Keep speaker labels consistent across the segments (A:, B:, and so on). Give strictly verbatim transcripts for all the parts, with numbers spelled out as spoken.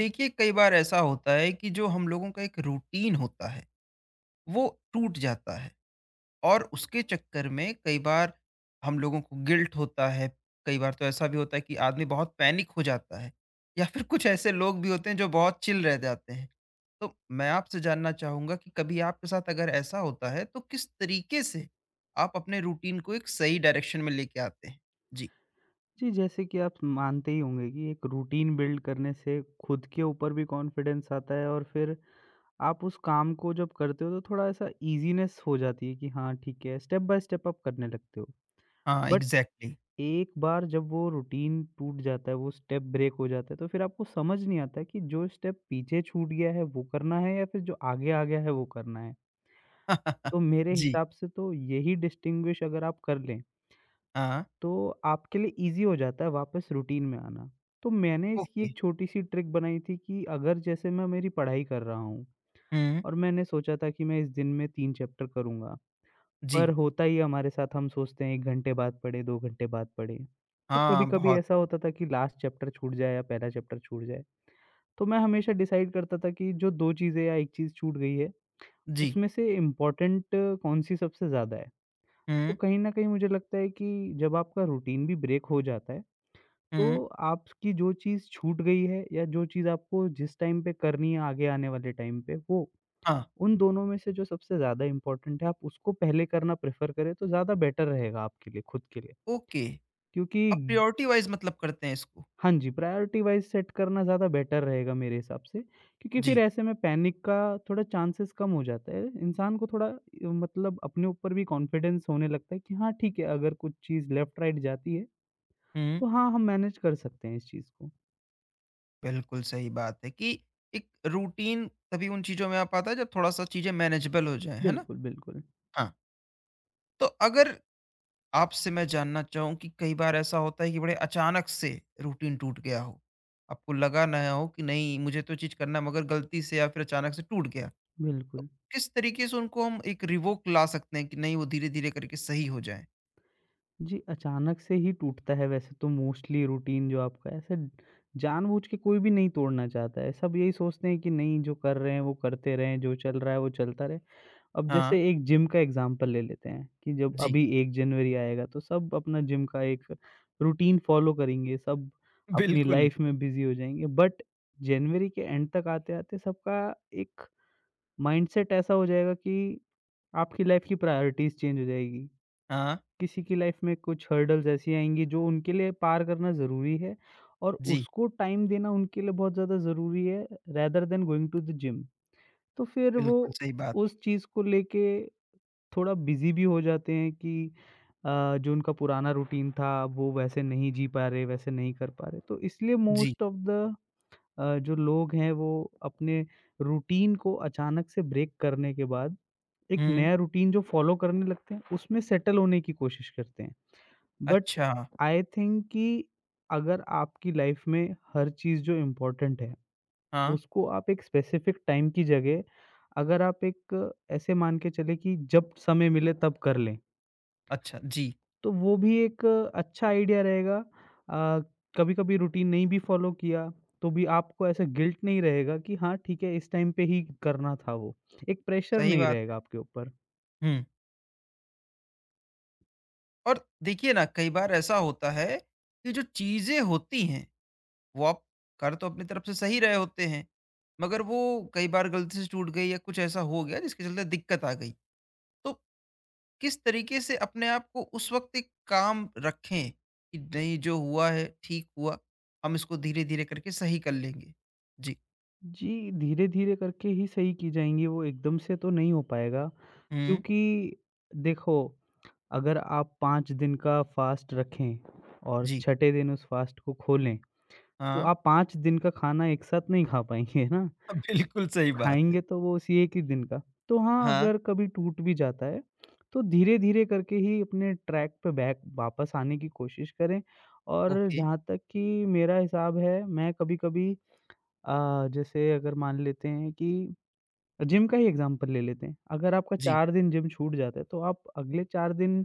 A: देखिए कई बार ऐसा होता है कि जो हम लोगों का एक रूटीन होता है वो टूट जाता है, और उसके चक्कर में कई बार हम लोगों को गिल्ट होता है। कई बार तो ऐसा भी होता है कि आदमी बहुत पैनिक हो जाता है या फिर कुछ ऐसे लोग भी होते हैं जो बहुत चिल रह जाते हैं। तो मैं आपसे जानना चाहूंगा कि कभी आपके साथ अगर ऐसा होता है तो किस तरीके से आप अपने रूटीन को एक सही डायरेक्शन में लेके आते हैं। जी।
B: जी, जैसे कि आप मानते ही होंगे कि एक रूटीन बिल्ड करने से खुद के ऊपर भी कॉन्फिडेंस आता है और फिर आप उस काम को जब करते हो तो थोड़ा ऐसा ईज़ीनेस हो जाती है कि हाँ, ठीक है, स्टेप बाय स्टेप आप करने लगते हो।
A: हाँ,
B: बट
A: एग्जैक्टली।
B: एक बार जब वो रूटीन टूट जाता है, वो स्टेप ब्रेक हो जाता है, तो फिर आपको समझ नहीं आता कि जो स्टेप पीछे छूट गया है वो करना है या फिर जो आगे आ गया है वो करना है। तो मेरे
A: जी।
B: हिसाब से तो यही डिस्टिंग्विश अगर आप कर लें
A: हाँ।
B: तो आपके लिए ईज़ी हो जाता है वापस रूटीन में आना। तो मैंने इसकी
A: ओके।
B: एक छोटी-सी ट्रिक बनाई थी कि अगर जैसे मैं मेरी पढ़ाई कर रहा हूँ
A: हम्म।
B: और मैंने सोचा था कि मैं इस दिन में तीन चैप्टर करूँगा, पर
A: जी।
B: होता ही है हमारे साथ हम सोचते हैं एक घंटे बाद पढ़ें, दो घंटे बाद पढ़ें। तो
A: हाँ,
B: कभी-कभी
A: बहुत।
B: ऐसा होता था कि लास्ट चैप्टर छूट जाए या पहला चैप्टर छूट जाए। तो मैं हमेशा डिसाइड करता था कि जो दो चीज़ें या एक चीज़ छूट गई है,
A: जी।
B: उसमें से इम्पोर्टेंट कौन-सी सबसे ज़्यादा है। तो
A: हुँ।
B: कहीं न कहीं मुझे लगता है कि जब आपका रूटीन भी ब्रेक हो जाता है
A: हुँ।
B: तो आपकी जो चीज़ छूट गई है या जो चीज़ आपको जिस टाइम पे करनी है आगे आने वाले टाइम पे वो,
A: हाँ।
B: उन दोनों में से जो सबसे ज़्यादा इम्पोर्टेंट है आप उसको पहले करना प्रेफ़र करें तो ज़्यादा बेटर रहेगा आपके लिए, खुद के लिए।
A: ओके।
B: क्योंकि
A: आप प्रायोरिटी वाइज़ मतलब करते हैं इसको।
B: हाँ जी, प्रायोरिटी वाइज़ सेट करना ज़्यादा बेटर रहेगा मेरे हिसाब से, क्योंकि फिर
A: जी।
B: ऐसे में पैनिक का थोड़ा चांसेस कम हो जाता है। इंसान को थोड़ा अ, मतलब अपने ऊपर भी कॉन्फिडेंस होने लगता है कि हाँ, ठीक है अगर कुछ चीज़ लेफ़्ट राइट जाती है,
A: हुँ।
B: तो हाँ, हम मैनेज कर सकते हैं इस चीज़ को।
A: बिल्कुल सही बात है कि एक रूटीन तभी उन चीज़ों में आ पाता है जब थोड़ा-सा चीज़ें मैनेजेबल हो जाएँ, है ना?
B: बिल्कुल, बिल्कुल।
A: हाँ। तो अगर आपसे मैं जानना चाहूँ कि कई बार ऐसा होता है कि बड़े अचानक से रूटीन टूट गया हो, आपको लगा ना हो कि नहीं मुझे तो चीज़ करना है मगर गलती से या फिर अचानक से टूट गया, तो
B: बिल्कुल।
A: किस तरीके से उनको हम एक रिवोक ला सकते हैं कि नहीं वो धीरे-धीरे करके सही हो जाएँ?
B: जी, अचानक से ही टूटता है वैसे तो मोस्टली रूटीन जो आपका ऐसे जानबूझ के कोई भी नहीं तोड़ना चाहता है। सब यही सोचते हैं कि नहीं जो कर रहे हैं वो करते रहें, जो चल रहा है वो चलता रहे। अब
A: हाँ।
B: जैसे एक जिम का एग्ज़ाम्पल ले लेते हैं कि जब
A: जी।
B: अभी एक जनवरी आएगा तो सब अपना जिम का एक रूटीन फ़ॉलो करेंगे, सब अपनी
A: बिल्कुल।
B: लाइफ़ में बिज़ी हो जाएँगे। बट जनवरी के एंड तक आते-आते सबका एक माइंडसेट ऐसा हो जाएगा कि आपकी लाइफ़ की प्रायोरिटीज़ चेंज हो जाएगी।
A: हाँ।
B: किसी की लाइफ में कुछ हर्डल्स ऐसी आएँगी जो उनके लिए पार करना ज़रूरी है और
A: जी,
B: उसको टाइम देना उनके लिए बहुत ज़्यादा ज़रूरी है rather than going to the gym. तो फिर वो
A: बिल्कुल सही बात।
B: उस चीज़ को लेके थोड़ा बिज़ी भी हो जाते हैं कि अ, जो उनका पुराना रूटीन था वो वैसे नहीं जी पा रहे, वैसे नहीं कर पा रहे। तो इसलिए
A: जी।
B: मोस्ट ऑफ द अ, जो लोग हैं वो अपने रूटीन को अचानक से ब्रेक करने के बाद एक
A: हुँ।
B: नया रूटीन जो फॉलो करने लगते हैं उसमें सेटल होने की कोशिश करते हैं। बट
A: अच्छा।
B: आई थिंक कि अगर आपकी लाइफ में हर चीज़ जो इम्पोर्टेंट है,
A: हाँ।
B: उसको आप एक स्पेसिफिक टाइम की जगह अगर आप एक ऐसे मान के चलें कि जब समय मिले तब कर लें,
A: अच्छा। जी।
B: तो वो भी एक अच्छा आइडिया रहेगा। अ, कभी-कभी रूटीन नहीं भी फॉलो किया, तो भी आपको ऐसा गिल्ट नहीं रहेगा कि हाँ, ठीक है इस टाइम पे ही करना था वो। एक प्रेशर
A: सही
B: नहीं
A: बात है।
B: रहेगा आपके ऊपर।
A: हुँ। और देखिए ना कई बार ऐसा होता है कि जो चीज़ें होती हैं, वो आप कर तो अपनी तरफ से सही रहे होते हैं, मगर वो कई बार गलती से छूट गई या कुछ ऐसा हो गया जिसके चलते दिक्कत आ गई। तो किस तरीके से अपने आप को उस वक़्त एक काम रखें कि नहीं जो हुआ है ठीक हुआ, हम इसको धीरे-धीरे करके सही कर लेंगे? जी।
B: जी, धीरे-धीरे करके ही सही की जाएँगी वो एकदम से तो नहीं हो पाएगा।
A: हुँ।
B: क्योंकि देखो, अगर आप पाँच दिन का फ़ास्ट रखें और
A: जी।
B: छठे दिन उस फ़ास्ट को खोलें, तो
A: हाँ।
B: आप पाँच दिन का खाना एक साथ नहीं खा पाएँगे, है ना?
A: बिल्कुल सही बात है।
B: खाएँगे तो वो उसी एक ही दिन का। तो हाँ,
A: हाँ।
B: अगर कभी टूट भी जाता है, तो धीरे-धीरे करके ही अपने ट्रैक पे बैक वापस आने की कोशिश करें और
A: ओके।
B: जहाँ तक कि मेरा हिसाब है, मैं कभी-कभी अ, जैसे अगर मान लेते हैं कि जिम का ही एग्ज़ाम्पल ले लेते हैं। अगर आपका
A: जी।
B: चार दिन जिम छूट जाता है, तो आप अगले चार दिन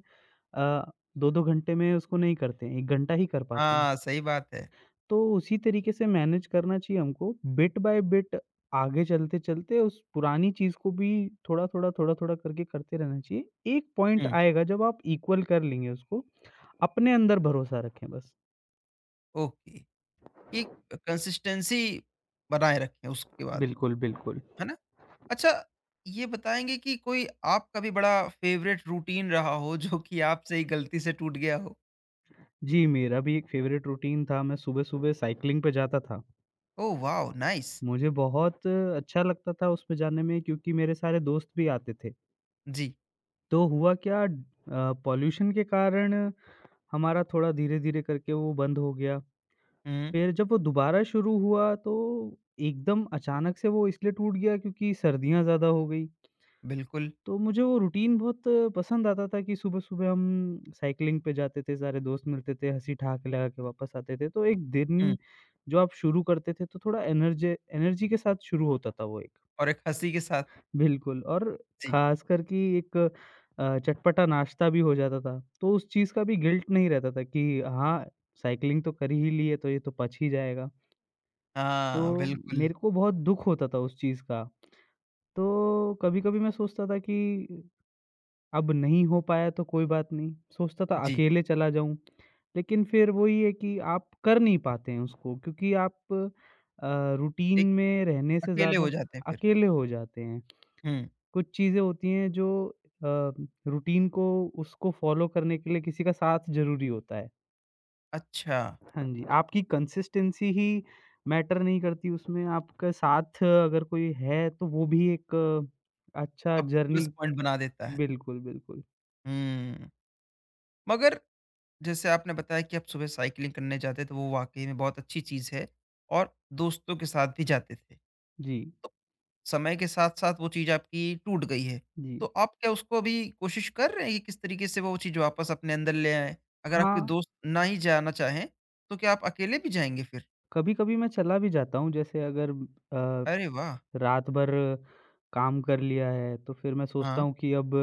B: अ, दो दो घंटे में उसको नहीं करते हैं, एक घंटा ही कर पाते हैं।
A: हाँ, सही बात है।
B: तो उसी तरीके से मैनेज करना चाहिए हमको, बिट बाय बिट आगे चलते-चलते उस पुरानी चीज़ को भी थोड़ा-थोड़ा, थोड़ा-थोड़ा करके करते रहना चाहिए। एक पॉइंट
A: हुँ।
B: आएगा जब आप इक्वल कर लेंगे उसको, अपने अंदर भरोसा रखें बस।
A: ओके। एक कंसिस्टेंसी बनाए रखें उसके बाद,
B: बिल्कुल, बिल्कुल।
A: है ना? अच्छा, ये बताएँगे कि कोई आपका भी बड़ा फ़ेवरेट रूटीन रहा हो जो कि आपसे ही गलती से टूट गया हो?
B: जी, मेरा भी एक फ़ेवरेट रूटीन था, मैं सुबह-सुबह साइक्लिंग पे जाता था।
A: Oh wow! नाइस।
B: मुझे बहुत अच्छा लगता था उसमें जाने में क्योंकि मेरे सारे दोस्त भी आते थे।
A: जी।
B: तो हुआ क्या अ, पॉल्यूशन के कारण हमारा थोड़ा धीरे-धीरे करके वो बंद हो गया।
A: हुँ।
B: फिर जब वो दोबारा शुरू हुआ तो एकदम अचानक से वो इसलिए टूट गया क्योंकि सर्दियाँ ज़्यादा हो गई।
A: बिल्कुल।
B: तो मुझे वो रूटीन बहुत पसंद आता था कि सुबह-सुबह हम साइक्लिंग पे जाते थे, सारे दोस्त मिलते थे, हँसी ठहाके लगा के वापस आते थे। तो एक
A: हुँ।
B: दिन जो आप शुरू करते थे तो थोड़ा एनर्जे एनर्जी के साथ शुरू होता था वो एक।
A: और एक हँसी के साथ।
B: बिल्कुल और
A: जी।
B: ख़ासकर कि एक अ, चटपटा नाश्ता भी हो जाता था, तो उस चीज़ का भी गिल्ट नहीं रहता था कि हाँ, साइक्लिंग तो कर ही ली है, तो ये तो पच ही जाएगा।
A: हाँ,
B: तो
A: बिल्कुल।
B: मेरे को बहुत दुःख होता था उस चीज़ का। तो कभी-कभी मैं सोचता था कि अब नहीं हो पाया तो कोई बात नहीं, सोचता था
A: जी।
B: अकेले चला जाऊँ। लेकिन फिर वही है कि आप कर नहीं पाते हैं उसको क्योंकि आप अ, रूटीन
A: एक
B: में रहने से
A: अकेले हो
B: ज़्यादा
A: जाते हैं फिर।
B: अकेले हो जाते हैं।
A: हुँ।
B: कुछ चीज़ें होती हैं जो अ, रूटीन को उसको फ़ॉलो करने के लिए किसी का साथ ज़रूरी होता है।
A: अच्छा।
B: हाँ जी, आपकी कंसिस्टेंसी ही मैटर नहीं करती उसमें, आपका साथ अगर कोई है तो वो भी एक अ, अच्छा
A: अब
B: जर्नी
A: प्लस पॉइंट बना देता है।
B: बिल्कुल, बिल्कुल।
A: हुँ। मगर जैसे आपने बताया कि आप सुबह साइकिलिंग करने जाते थे, वो वाक़ई में बहुत अच्छी चीज़ है और दोस्तों के साथ भी जाते थे।
B: जी,
A: तो समय के साथ-साथ वो चीज़ आपकी टूट गई है।
B: जी।
A: तो आप क्या उसको अभी कोशिश कर रहे हैं कि किस तरीके से वो चीज़ वापस अपने अंदर ले आएँ? अगर आपके
B: हाँ,
A: दोस्त ना ही जाना चाहें, तो क्या आप अकेले भी जाएँगे फिर?
B: कभी-कभी मैं चला भी जाता हूँ जैसे अगर अ,
A: अरे वाह!
B: रात भर काम कर लिया है तो फिर मैं सोचता
A: हाँ।
B: हूँ कि अब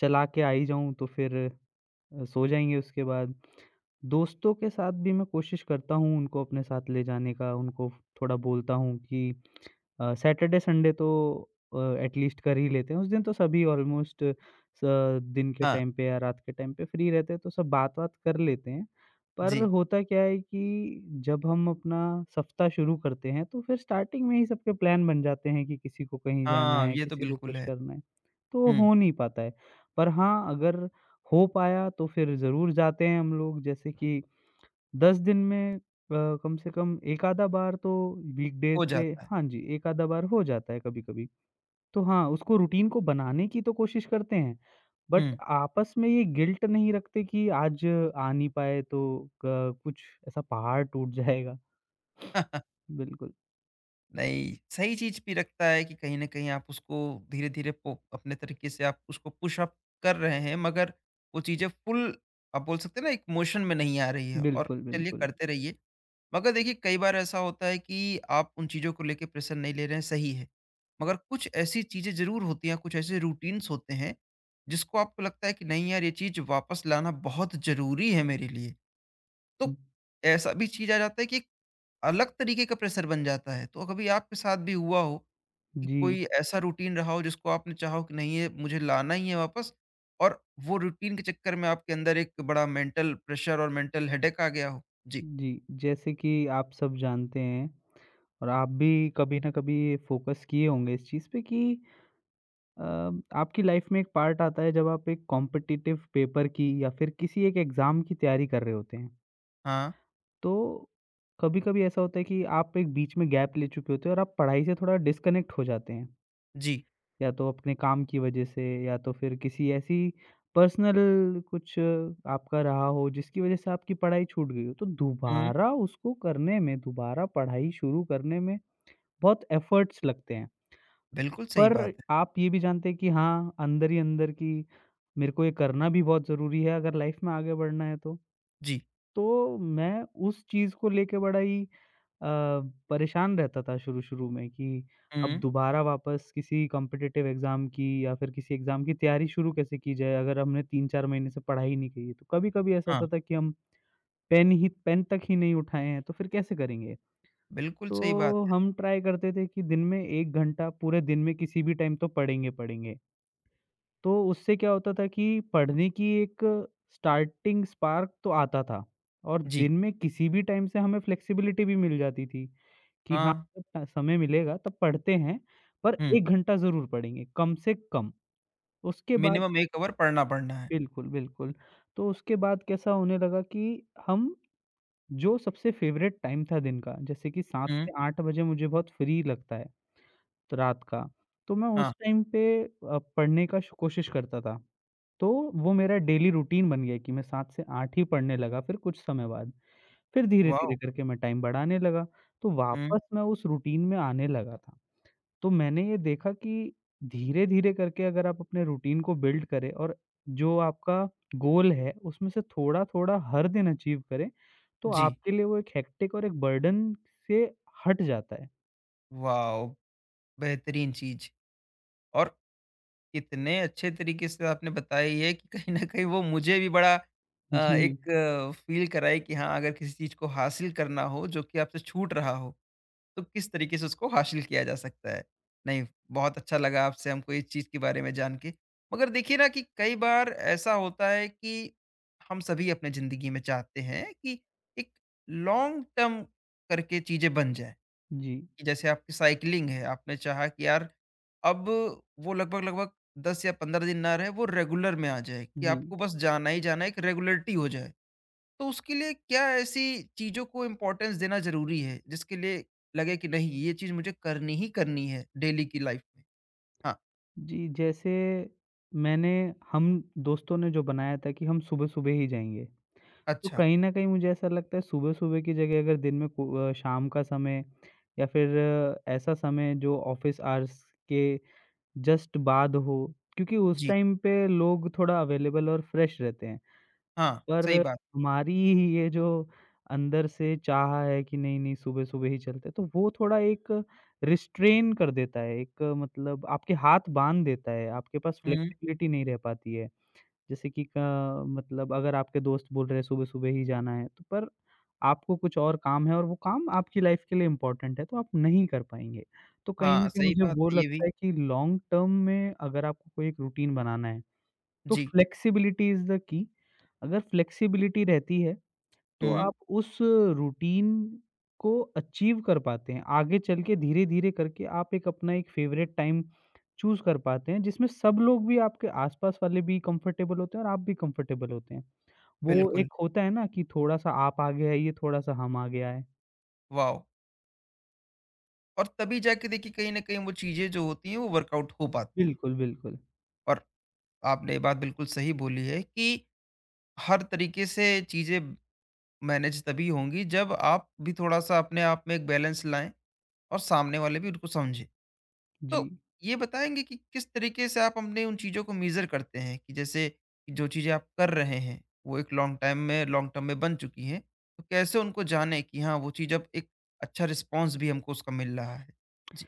B: चला के आ ही जाऊँ तो फिर अ, सो जाएँगे उसके बाद। दोस्तों के साथ भी मैं कोशिश करता हूँ उनको अपने साथ ले जाने का, उनको थोड़ा बोलता हूँ कि अ, सैटरडे संडे तो अ, एटलीस्ट कर ही लेते हैं। उस दिन तो सभी ऑलमोस्ट स दिन के
A: हाँ।
B: टाइम पे या रात के टाइम पे फ्री रहते हैं, तो सब बात-वात कर लेते हैं। पर
A: जी।
B: होता क्या है कि जब हम अपना सप्ताह शुरू करते हैं, तो फिर स्टार्टिंग में ही सबके प्लान बन जाते हैं कि किसी को कहीं जाना
A: हाँ,
B: है,
A: ये तो
B: किसी को
A: बिल्कुल
B: कुछ
A: है।
B: करना है, तो वो
A: हुँ।
B: हो नहीं पाता है। पर हाँ, अगर हो पाया तो फिर ज़रूर जाते हैं हम लोग जैसे कि दस दिन में अ, कम से कम एक आधा बार तो
A: हो
B: वीकडेज़ पे
A: जाता है।
B: हाँ जी, एक आधा बार हो जाता है कभी-कभी। तो हाँ, उसको रूटीन को बनाने की तो कोशिश करते हैं, बट
A: हुँ।
B: आपस में ये गिल्ट नहीं रखते कि आज आ नहीं पाए तो क कुछ ऐसा पहाड़ टूट जाएगा। बिल्कुल,
A: नहीं, सही चीज़ भी रखता है कि कहीं न कहीं आप उसको धीरे-धीरे पो अपने तरीके से आप उसको पुश अप कर रहे हैं, मगर वो चीज़ें फुल आप बोल सकते हैं ना एक मोशन में नहीं आ रही है, और
B: बिल्कुल,
A: चलिए
B: बिल्कुल।
A: करते रहिए। मगर देखिए कई बार ऐसा होता है कि आप उन चीज़ों को लेके प्रेशर नहीं ले रहे हैं, सही है। मगर कुछ ऐसी चीज़ें ज़रूर होती हैं, कुछ ऐसे रूटीन्स होते हैं, जिसको आपको लगता है कि नहीं यार ये चीज़ वापस लाना बहुत ज़रूरी है मेरे लिए।
B: हुँ,
A: तो ऐसा भी चीज़ आ जाता है कि अलग तरीके का प्रेशर बन जाता है। तो कभी आपके साथ भी हुआ हो कि
B: जी,
A: कोई ऐसा रूटीन रहा हो जिसको आपने चाहा हो कि नहीं ये मुझे लाना ही है वापस, और वो रूटीन के चक्कर में आपके अंदर एक बड़ा मेंटल प्रेशर और मेंटल हेडेक आ गया हो? जी।
B: जी। जैसे कि आप सब जानते हैं और आप भी कभी न कभी फोकस किए होंगे इस चीज़ पे कि अ, आपकी लाइफ में एक पार्ट आता है जब आप एक कॉम्पिटिटिव पेपर की या फिर किसी एक एग्ज़ाम की तैयारी कर रहे होते हैं।
A: हाँ।
B: तो कभी-कभी ऐसा होता है कि आप एक बीच में गैप ले चुके होते हैं और आप पढ़ाई से थोड़ा डिस्कनेक्ट हो जाते हैं।
A: जी।
B: या तो अपने काम की वजह से या तो फिर किसी ऐसी पर्सनल कुछ आपका रहा हो जिसकी वजह से आपकी पढ़ाई छूट गई हो। तो
A: हुँ।
B: दोबारा उसको करने में, दोबारा पढ़ाई शुरू करने में बहुत एफ़र्ट्स लगते हैं।
A: बिल्कुल सही
B: पर
A: बात है।
B: आप ये भी जानते हैं कि हाँ, अंदर ही अंदर कि मेरे को ये करना भी बहुत ज़रूरी है अगर लाइफ़ में आगे बढ़ना है तो।
A: जी।
B: तो मैं उस चीज़ को लेके बड़ा ही अ, परेशान रहता था शुरू-शुरू में कि अब
A: हुँ।
B: दोबारा वापस किसी कॉम्पिटिटिव एग्ज़ाम की या फिर किसी एग्ज़ाम की तैयारी शुरू कैसे की जाए अगर हमने तीन चार महीने से पढ़ाई नहीं की है। तो कभी-कभी ऐसा
A: हाँ।
B: होता था कि हम पेन ही पेन तक ही नहीं उठाए हैं तो फिर कैसे करेंगे?
A: बिल्कुल सही
B: तो
A: बात
B: हम ट्राई करते थे कि दिन में एक घंटा पूरे दिन में किसी भी टाइम तो पढ़ेंगे, पढ़ेंगे। तो उससे क्या होता था कि पढ़ने की एक स्टार्टिंग स्पार्क तो आता था और
A: है। जी।
B: दिन में किसी भी टाइम से हमें फ्लेक्सिबिलिटी भी मिल जाती थी कि हाँ,
A: हाँ।
B: जब समय मिलेगा तब पढ़ते हैं, पर
A: हुँ।
B: एक घंटा ज़रूर पढ़ेंगे, कम से कम। उसके बाद
A: मिनिमम एक आवर पढ़ना पढ़ना है।
B: बिल्कुल, बिल्कुल। तो उसके बाद कैसा होने लगा कि हम जो सबसे फ़ेवरेट टाइम था दिन का, जैसे कि सात
A: हुँ।
B: से आठ बजे मुझे बहुत फ्री लगता है, तो रात का, तो मैं
A: हाँ।
B: उस टाइम पे अ, पढ़ने का श कोशिश करता था। तो वो मेरा डेली रूटीन बन गया कि मैं सात से आठ ही पढ़ने लगा फिर कुछ समय बाद। फिर
A: वॉव!
B: धीरे-धीरे करके मैं टाइम बढ़ाने लगा, तो
A: हुँ।
B: वापस मैं उस रूटीन में आने लगा था। तो मैंने ये देखा कि धीरे-धीरे करके अगर आप अपने रूटीन को बिल्ड करें और जो आपका गोल है, उसमें से थोड़ा-थोड़ा हर दिन अचीव करें, तो
A: जी।
B: आपके लिए वो एक हेक्टिक और एक बर्डन से हट जाता है।
A: वॉव! बेहतरीन चीज़। और इतने अच्छे तरीके से आपने बताई है कि कहीं न कहीं वो मुझे भी बड़ा अ,
B: जी,
A: एक फ़ील कराई कि हाँ, अगर किसी चीज़ को हासिल करना हो जो कि आपसे छूट रहा हो, तो किस तरीके से उसको हासिल किया जा सकता है। नहीं, बहुत अच्छा लगा आपसे हमको इस चीज़ के बारे में जान के। मगर देखिए ना कि कई बार ऐसा होता है कि हम सभी अपने ज़िंदगी में चाहते हैं कि एक लॉन्ग टर्म करके चीज़ें बन जाएँ।
B: जी,
A: कि जैसे आपकी साइकिलिंग है, आपने चाहा कि यार अब वो लगभग-लगभग दस या पंद्रह दिन ना रहे, वो रेगुलर में आ जाए कि
B: जी।
A: आपको बस जाना ही जाना है, एक रेगुलरिटी हो जाए। तो उसके लिए क्या ऐसी चीज़ों को इम्पोर्टेंस देना ज़रूरी है, जिसके लिए लगे कि नहीं ये चीज़ मुझे करनी ही करनी है डेली की लाइफ में? हाँ।
B: जी, जैसे मैंने हम दोस्तों ने जो बनाया था कि हम सुबह-सुबह ही जाएँगे, तो
A: अच्छा।
B: कहीं न कहीं मुझे ऐसा लगता है सुबह-सुबह की जगह अगर दिन में को अ, शाम का समय या फिर अ, ऐसा समय जो ऑफ़िस आवर्स के जस्ट बाद हो, क्योंकि उस
A: जी।
B: टाइम पे लोग थोड़ा अवेलेबल और फ्रेश रहते हैं।
A: हाँ,
B: पर
A: सही बात।
B: हमारी ये जो अंदर से चाह है कि नहीं-नहीं सुबह-सुबह ही चलते हैं, तो वो थोड़ा एक रिस्ट्रेन कर देता है, एक मतलब आपके हाथ बाँध देता है, आपके पास
A: हुँ।
B: फ्लेक्सिबिलिटी नहीं रह पाती है। जैसे कि क मतलब अगर आपके दोस्त बोल रहे हैं सुबह-सुबह ही जाना है, तो पर आपको कुछ और काम है और वो काम आपकी लाइफ़ के लिए इम्पोर्टेंट है, तो आप नहीं कर पाएँगे। तो कहीं न
A: हाँ,
B: कहीं
A: सही
B: मुझे
A: बात
B: वो
A: है ये भी।
B: लगता है कि लॉन्ग टर्म में अगर आपको कोई एक रूटीन बनाना है, तो
A: जी।
B: Flexibility is the key. अगर फ्लेक्सिबिलिटी रहती है, तो
A: हुँ।
B: आप उस रूटीन को अचीव कर पाते हैं। आगे चल के धीरे-धीरे करके आप एक अपना एक फ़ेवरेट टाइम चूज़ कर पाते हैं, जिसमें सब लोग भी आपके आस-पास वाले भी कंफ़र्टेबल होते हैं और आप भी कंफ़र्टेबल होते हैं। वो
A: बिल्कुल।
B: एक होता है ना कि थोड़ा-सा आप आगे आइए, थोड़ा-सा हम आगे आएँ।
A: वाओ! और तभी जाके देखिए कहीं न कहीं वो चीज़ें जो होती हैं वो वर्कआउट हो पाती हैं।
B: बिल्कुल, बिल्कुल।
A: और आपने ये बात बिल्कुल सही बोली है कि हर तरीके से चीज़ें मैनेज तभी होंगी जब आप भी थोड़ा-सा अपने आप में एक बैलेंस लाएँ और सामने वाले भी उनको समझें।
B: जी।
A: तो ये बताएँगे कि किस तरीके से आप अपने उन चीज़ों को मेज़र करते हैं कि जैसे कि जो चीज़ें आप कर रहे हैं वो एक लॉन्ग टाइम में लॉन्ग टर्म में बन चुकी हैं, तो कैसे उनको जानें कि हाँ, वो चीज़ अब एक अच्छा रिस्पॉन्स भी हमको उसका मिल रहा है? जी।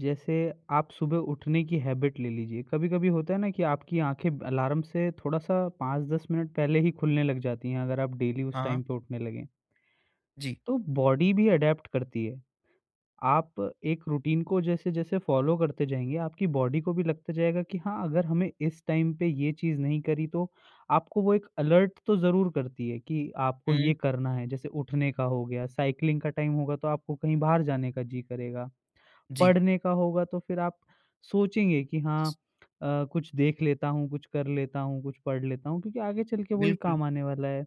B: जैसे आप सुबह उठने की हैबिट ले लीजिए। कभी-कभी होता है ना कि आपकी आँखें अलार्म से थोड़ा-सा पाँच दस मिनट पहले ही खुलने लग जाती हैं, अगर आप डेली उस
A: हाँ।
B: टाइम पे उठने लगें।
A: जी।
B: तो बॉडी भी अडैप्ट करती है। आप एक रूटीन को जैसे-जैसे फ़ॉलो करते जाएँगे, आपकी बॉडी को भी लगता जाएगा कि हाँ, अगर हमें इस टाइम पे ये चीज़ नहीं करी तो आपको वो एक अलर्ट तो ज़रूर करती है कि आपको
A: हुँ।
B: ये करना है। जैसे उठने का हो गया, साइक्लिंग का टाइम होगा तो आपको कहीं बाहर जाने का जी करेगा।
A: जी।
B: पढ़ने का होगा तो फिर आप सोचेंगे कि हाँ अ, कुछ देख लेता हूँ, कुछ कर लेता हूँ, कुछ पढ़ लेता हूँ क्योंकि आगे चल के वही
A: बिल्कुल।
B: काम आने वाला है।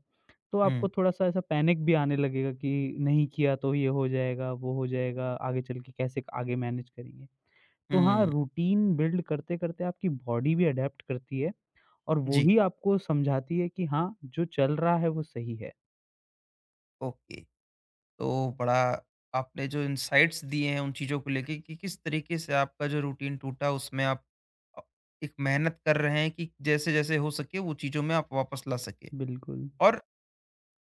B: तो
A: हुँ।
B: आपको थोड़ा-सा ऐसा पैनिक भी आने लगेगा कि नहीं किया तो ये हो जाएगा, वो हो जाएगा, आगे चल के कैसे आगे मैनेज करेंगे। तो हाँ,
A: हुँ।
B: रूटीन बिल्ड करते-करते आपकी बॉडी भी अडैप्ट करती है और वो
A: जी।
B: ही आपको समझाती है कि हाँ, जो चल रहा है वो सही है।
A: ओके। तो बड़ा आपने जो इनसाइट्स दिए हैं उन चीज़ों को लेके कि किस तरीके से आपका जो रूटीन टूटा उसमें आप अ, एक मेहनत कर रहे हैं कि जैसे-जैसे हो सके वो चीज़ों में आप वापस ला सके।
B: बिल्कुल।
A: और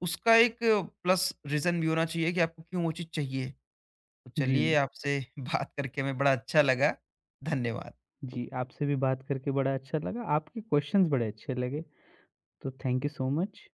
A: उसका एक प्लस रीज़न भी होना चाहिए कि आपको क्यों वो चीज़ चाहिए। तो
B: जी,
A: चलिए आपसे बात करके हमें बड़ा अच्छा लगा। धन्यवाद।
B: जी, आपसे भी बात करके बड़ा अच्छा लगा। आपके क्वेश्चन्स बड़े अच्छे लगे। So thank you so much.